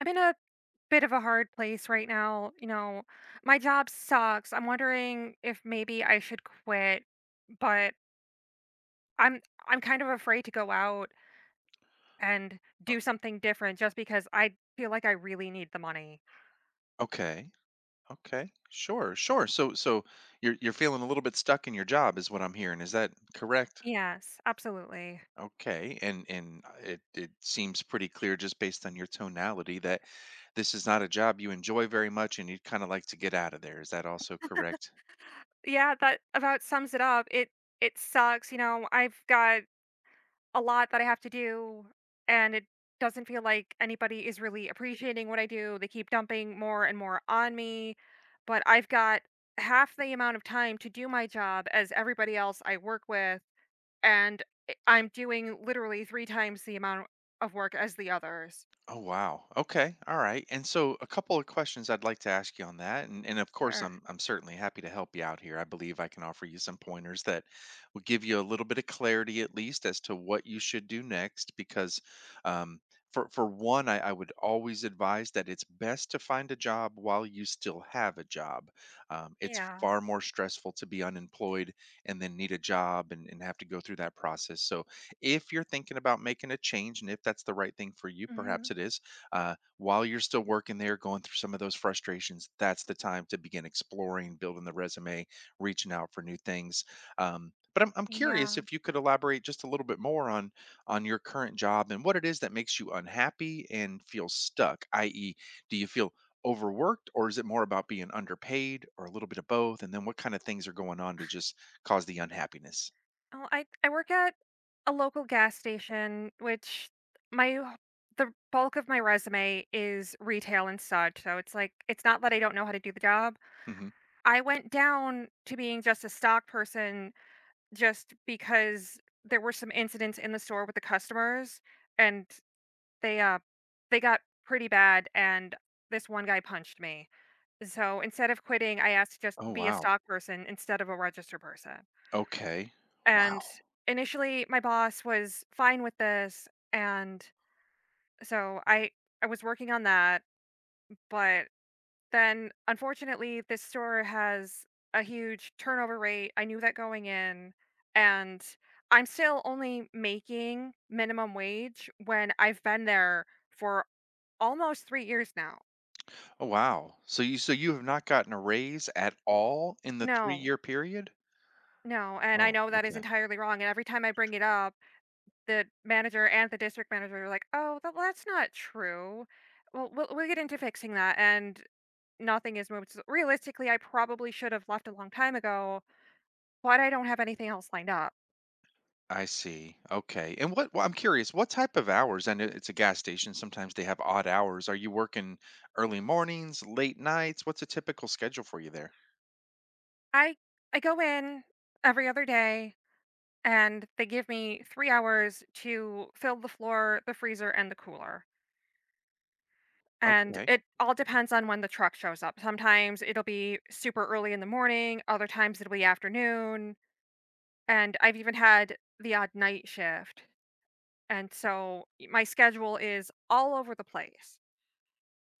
I'm in a bit of a hard place right now. You know, my job sucks. I'm wondering if maybe I should quit, but I'm I'm kind of afraid to go out and Uh, do something different just because I feel like I really need the money. okay. Okay. Sure. Sure. So you're feeling a little bit stuck in your job is what I'm hearing. Is that correct? Yes, absolutely. Okay. And it seems pretty clear just based on your tonality that this is not a job you enjoy very much and you'd kind of like to get out of there. Is that also correct? Yeah, that about sums it up. It sucks, you know. I've got a lot that I have to do, and it doesn't feel like anybody is really appreciating what I do. They keep dumping more and more on me, but I've got half the amount of time to do my job as everybody else I work with, and I'm doing literally three times the amount of work as the others. Oh wow. Okay. All right. And so a couple of questions I'd like to ask you on that. And of course Er, I'm certainly happy to help you out here. I believe I can offer you some pointers that will give you a little bit of clarity at least as to what you should do next because um for one I would always advise that it's best to find a job while you still have a job. It's yeah. far more stressful to be unemployed and then need a job and have to go through that process. So if you're thinking about making a change and if that's the right thing for you, Hmm. perhaps it is, while you're still working there, going through some of those frustrations, that's the time to begin exploring, building the resume, reaching out for new things. But I'm curious Yeah. if you could elaborate just a little bit more on your current job and what it is that makes you unhappy and feel stuck, i.e., do you feel overworked or is it more about being underpaid or a little bit of both? And then what kind of things are going on to just cause the unhappiness? Oh, I work at a local gas station, which my the bulk of my resume is retail and such. So it's like it's not that I don't know how to do the job. Hmm. I went down to being just a stock person just because there were some incidents in the store with the customers, and they uh they got pretty bad, and this one guy punched me. So instead of quitting, I asked to just Oh, be a wow. stock person instead of a register person. Okay. And Wow. initially, my boss was fine with this, and so I was working on that, but then, unfortunately, this store has a huge turnover rate. I knew that going in, and I'm still only making minimum wage when I've been there for almost 3 years now. Oh, wow. So you have not gotten a raise at all in the No. 3-year period? No, and I Oh, know that is okay. entirely wrong, and every time I bring it up the manager and the district manager were like, "Oh, that's not true. Well, we'll get into fixing that," and nothing is moved. So, realistically, I probably should have left a long time ago, but I don't have anything else lined up. I see. Okay. And what well, I'm curious, what type of hours? I know it's a gas station. Sometimes they have odd hours. Are you working early mornings, late nights? What's a typical schedule for you there? I I go in every other day, and they give me 3 hours to fill the floor, the freezer, and the cooler, and Okay. it all depends on when the truck shows up. Sometimes it'll be super early in the morning, other times it'll be afternoon, and I've even had the odd night shift. And so my schedule is all over the place.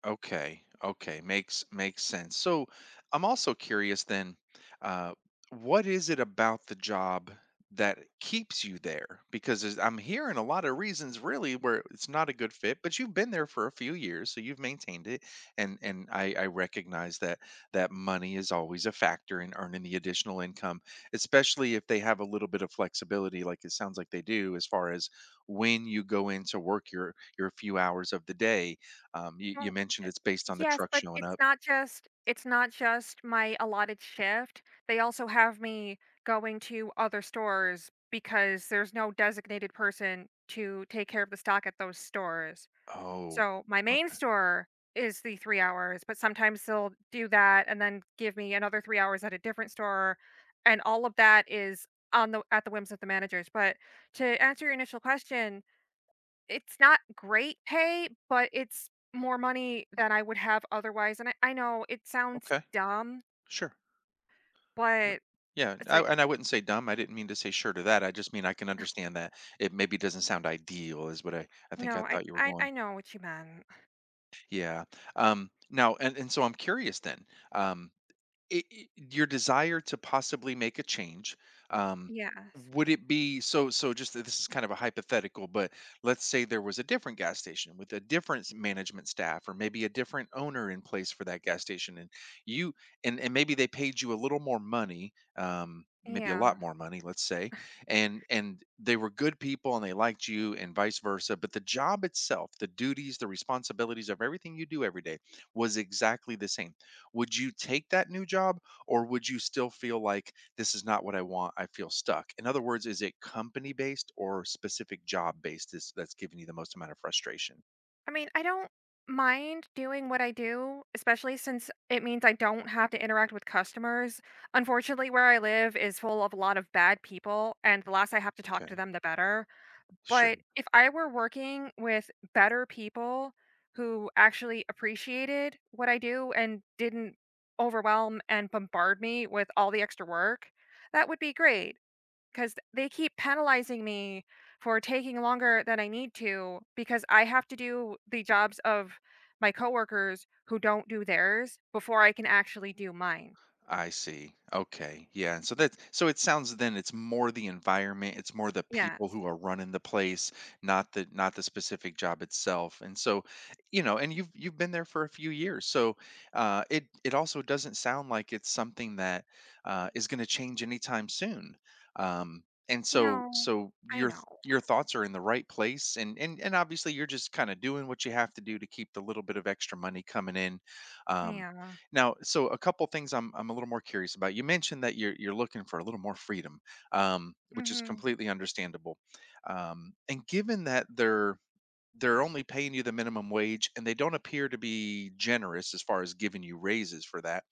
Okay. Okay. Makes sense. So I'm also curious then, uh, what is it about the job that keeps you there? Because there's- I'm hearing a lot of reasons really where it's not a good fit, but you've been there for a few years, so you've maintained it. And I recognize that that money is always a factor in earning the additional income, especially if they have a little bit of flexibility, like it sounds like they do, as far as when you go in to work your few hours of the day um, you, Well, you mentioned it's based on the yes, truck but showing it's up. not just it's not just my allotted shift. They also have me going to other stores because there's no designated person to take care of the stock at those stores. Oh, So my main okay. store is the 3 hours, but sometimes they'll do that and then give me another 3 hours at a different store, and all of that is on the at the whims of the managers. But to answer your initial question, it's not great pay, but it's more money than I would have otherwise, and I know it sounds Okay. dumb, Sure. Uh, but Yeah. it's like, and I wouldn't say dumb. I didn't mean to say sure to that. I just mean I can understand that it maybe doesn't sound ideal, is what I think I "No, I thought you were I I going. know what you meant." Yeah. Now, and so I'm curious then. Um, it- your desire to possibly make a change um Yes. would it be just that this is kind of a hypothetical but let's say there was a different gas station with a different s- management staff or maybe a different owner in place for that gas station and you and maybe they paid you a little more money maybe a lot Yeah. more money let's say and they were good people and they liked you and vice versa but the job itself, the duties, the responsibilities of everything you do every day was exactly the same. Would you take that new job or would you still feel like this is not what I want? I feel stuck. In other words, is it company based or specific job based is, that's giving you the most amount of frustration? I mean, I don't mind doing what I do, especially since it means I don't have to interact with customers. Unfortunately, where I live is full of a lot of bad people, and the less I have to talk to Okay, them, the better. sure. But if I were working with better people who actually appreciated what I do and didn't overwhelm and bombard me with all the extra work, that would be great, because they keep penalizing me for taking longer than I need to because I have to do the jobs of my coworkers who don't do theirs before I can actually do mine. I see. Okay. Yeah. And so that so it sounds then it's more the environment, it's more the people Yes. who are running the place, not the specific job itself. And so, you know, and you've been there for a few years. So it also doesn't sound like it's something that is gonna change anytime soon. Um and so No, so I your th- know. your thoughts are in the right place and obviously you're just kind of doing what you have to do to keep the little bit of extra money coming in. Um Yeah. Now, so a couple things I'm a little more curious about. You mentioned that you're looking for a little more freedom, which is Hmm. completely understandable. And given that they're only paying you the minimum wage, and they don't appear to be generous as far as giving you raises for that,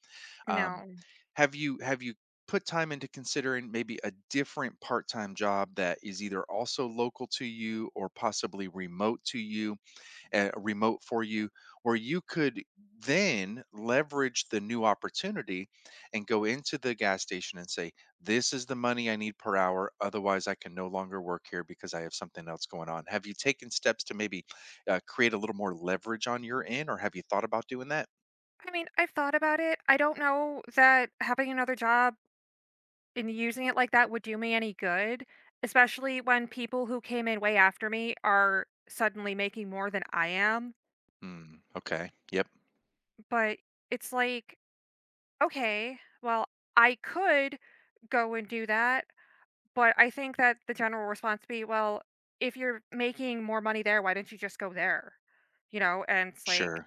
um, No. have you put time into considering maybe a different part time job that is either also local to you or possibly remote to you? Remote for you, where you could then leverage the new opportunity and go into the gas station and say, this is the money I need per hour. Otherwise, I can no longer work here because I have something else going on. Have you taken steps to maybe create a little more leverage on your end, or have you thought about doing that? I mean, I've thought about it. I don't know that having another job and using it like that would do me any good, especially when people who came in way after me are suddenly making more than I am. Hmm. Okay. Yep. But it's like, okay, well, I could go and do that. But I think that the general response be, well, if you're making more money there, why don't you just go there? And it's like, Sure.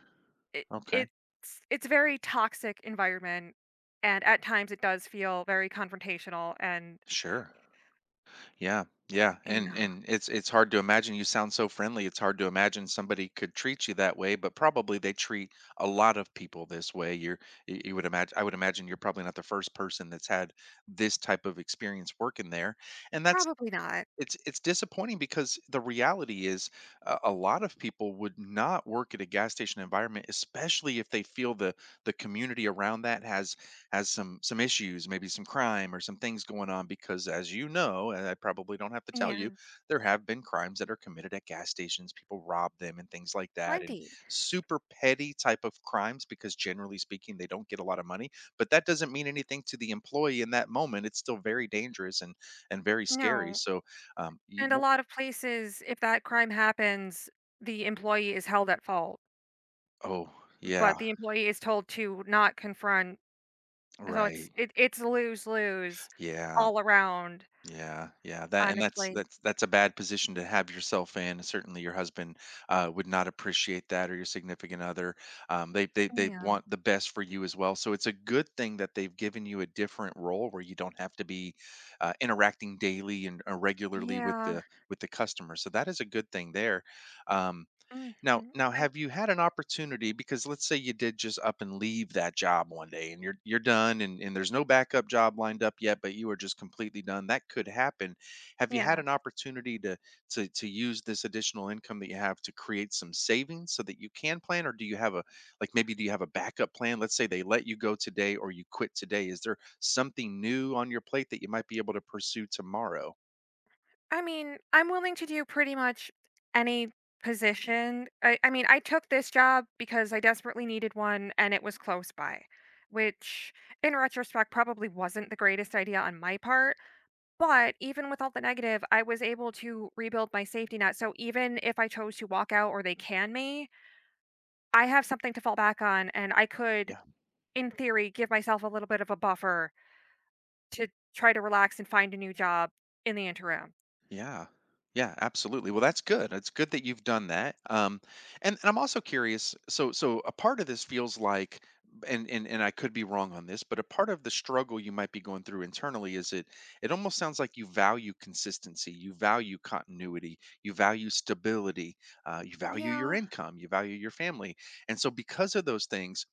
It Okay. it's it's a very toxic environment, and at times it does feel very confrontational and, Sure. Yeah, yeah, and yeah, and it's hard to imagine. You sound so friendly. It's hard to imagine somebody could treat you that way, but probably they treat a lot of people this way. You're y- you would imagine. I would imagine you're probably not the first person that's had this type of experience working there, and that's probably not. It's disappointing because the reality is a lot of people would not work at a gas station environment, especially if they feel the community around that has some issues, maybe some crime or some things going on. Because as you know, and I probably don't have to tell you, Yeah, there have been crimes that are committed at gas stations. People rob them and things like that, and plenty. super petty type of crimes. Because generally speaking, they don't get a lot of money, but that doesn't mean anything to the employee in that moment. It's still very dangerous and very scary. No, So you and a w lot of places, if that crime happens, the employee is held at fault, oh, yeah, but the employee is told to not confront. So it's right. it, it's lose-lose Yeah, all around, yeah, yeah, that and and it's like, that's a bad position to have yourself in, certainly your husband, would not appreciate that or your significant other, they yeah, want the best for you as well, so it's a good thing that they've given you a different role where you don't have to be, interacting daily and, regularly yeah, with the customer, so that is a good thing there. um mhm, Now, now, I have you had an opportunity because let's say you did just up and leave that job one day and you're done and there's no backup job lined up yet, but you are just completely done. That could happen. Have you had yeah. an opportunity to to use this additional income that you have to create some savings so that you can plan? Or do you have a like maybe do you have a backup plan? Let's say they let you go today or you quit today. Is there something new on your plate that you might be able to pursue tomorrow? I mean, I'm willing to do pretty much any position. I mean, I took this job because I desperately needed one and it was close by, which in retrospect probably wasn't the greatest idea on my part. But even with all the negative, I was able to rebuild my safety net. So even if I chose to walk out or they can me, I have something to fall back on, and I could, in theory, give myself a little bit of a buffer to try to relax and find a new job in the interim. Yeah. Yeah, absolutely. Well, that's good. It's good that you've done that. And I'm also curious. So, so a part of this feels like, and I could be wrong on this, but a part of the struggle you might be going through internally is it. It almost sounds like you value consistency, you value continuity, you value stability, you value your Yeah. income, you value your family, and so because of those things,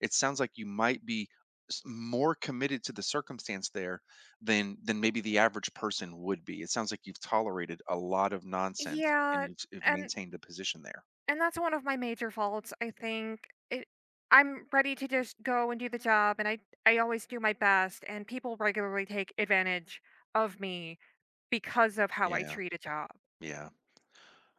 it sounds like you might be s- more committed to the circumstance there than maybe the average person would be. It sounds like you've tolerated a lot of nonsense and Yeah. you've And maintained a position there. And that's one of my major faults, I think. It I'm ready to just go and do the job, and I always do my best, and people regularly take advantage of me because of how I Yeah, treat a job. yeah.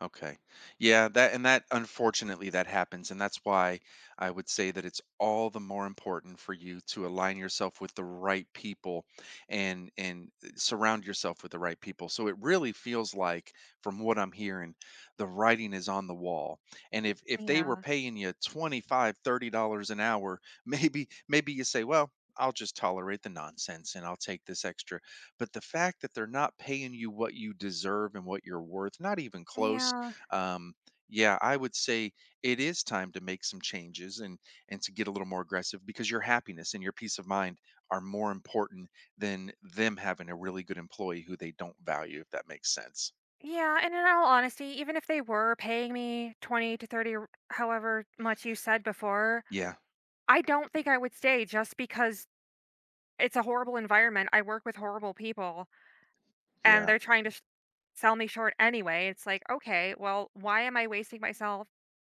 Okay. Yeah, that and that unfortunately that happens and that's why I would say that it's all the more important for you to align yourself with the right people and surround yourself with the right people. So it really feels like from what I'm hearing the writing is on the wall. And if they were Yeah. paying you 25, $30 an hour, maybe maybe you say, "Well, I'll just tolerate the nonsense and I'll take this extra." But the fact that they're not paying you what you deserve and what you're worth, not even close. Yeah. um, yeah, I would say it is time to make some changes and to get a little more aggressive because your happiness and your peace of mind are more important than them having a really good employee who they don't value, if that makes sense. Yeah, and in all honesty, even if they were paying me 20 to 30 or however much you said before, Yeah, I don't think I would stay, just because it's a horrible environment. I work with horrible people, and yeah, they're trying to sell me short anyway. It's like, okay, well, why am I wasting myself,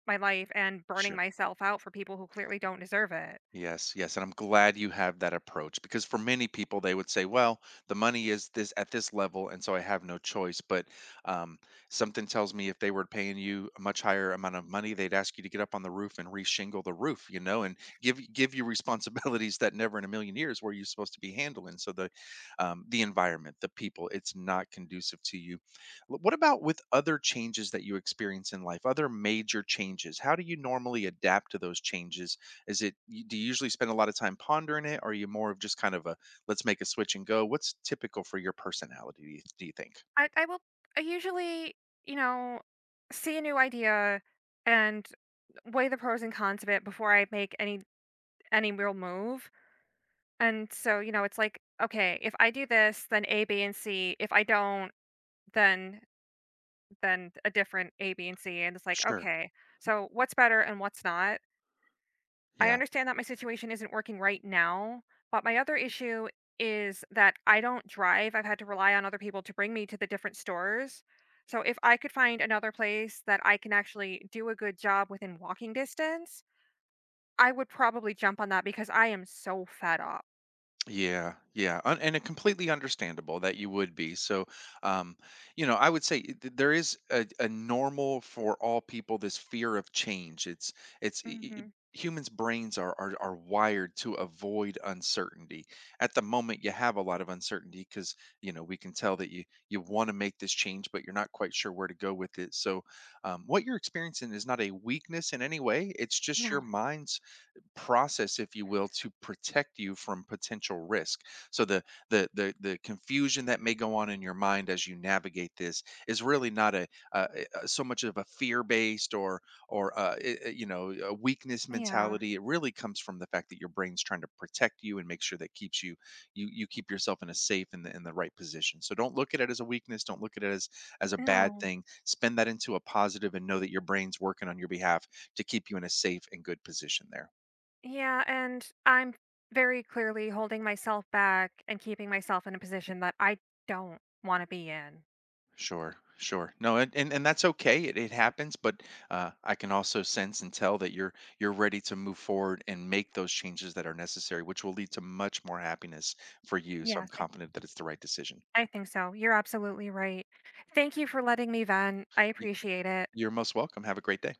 my life, and burning sure. myself out for people who clearly don't deserve it? Yes, yes, and I'm glad you have that approach because for many people they would say, "Well, the money is this at this level, and so I have no choice." But um, something tells me if they were paying you a much higher amount of money, they'd ask you to get up on the roof and reshingle the roof, you know, and give you responsibilities that never in a million years were you supposed to be handling. So the environment, the people, it's not conducive to you. Wh- what about with other changes that you experience in life, other major changes? How do you normally adapt to those changes? Is it y do you usually spend a lot of time pondering it? Or are you more of just kind of a, "Let's make a switch and go"? What's typical for your personality, do you think? I, I will I usually, you know, see a new idea and weigh the pros and cons of it before I make any real move. And so it's like, okay, if I do this, then A, B, and C. If I don't, then a different A, B, and C. And it's like, Sure. okay, so what's better and what's not? I Yeah. understand that my situation isn't working right now, but my other issue is that I don't drive. I've had to rely on other people to bring me to the different stores. So if I could find another place that I can actually do a good job within walking distance, I would probably jump on that because I am so fed up. Yeah, yeah, un- and it completely understandable that you would be. So, um, you know, I would say there is a normal for all people this fear of change. It's i- i- Hmm. Humans' brains are wired to avoid uncertainty. At the moment, you have a lot of uncertainty because you know we can tell that you want to make this change, but you're not quite sure where to go with it. So, what you're experiencing is not a weakness in any way. It's just your No. mind process, if you will, to protect you from potential risk. So the confusion that may go on in your mind as you navigate this is really not a, uh so much of a fear based or you know a weakness Yeah. mentality. It really comes from the fact that your brain's trying to protect you and make sure that keeps you you keep yourself in a safe and the right position. So don't look at it as a weakness. Don't look at it as a bad No. thing. Spin that into a positive and know that your brain's working on your behalf to keep you in a safe and good position there. Yeah. And I'm very clearly holding myself back and keeping myself in a position that I don't want to be in. Sure, sure. No, and that's okay. It happens, but I can also sense and tell that you're ready to move forward and make those changes that are necessary, which will lead to much more happiness for you. So I'm Yes. confident that it's the right decision. I think so. You're absolutely right. Thank you for letting me vent. I Y- appreciate it. You're most welcome. Have a great day.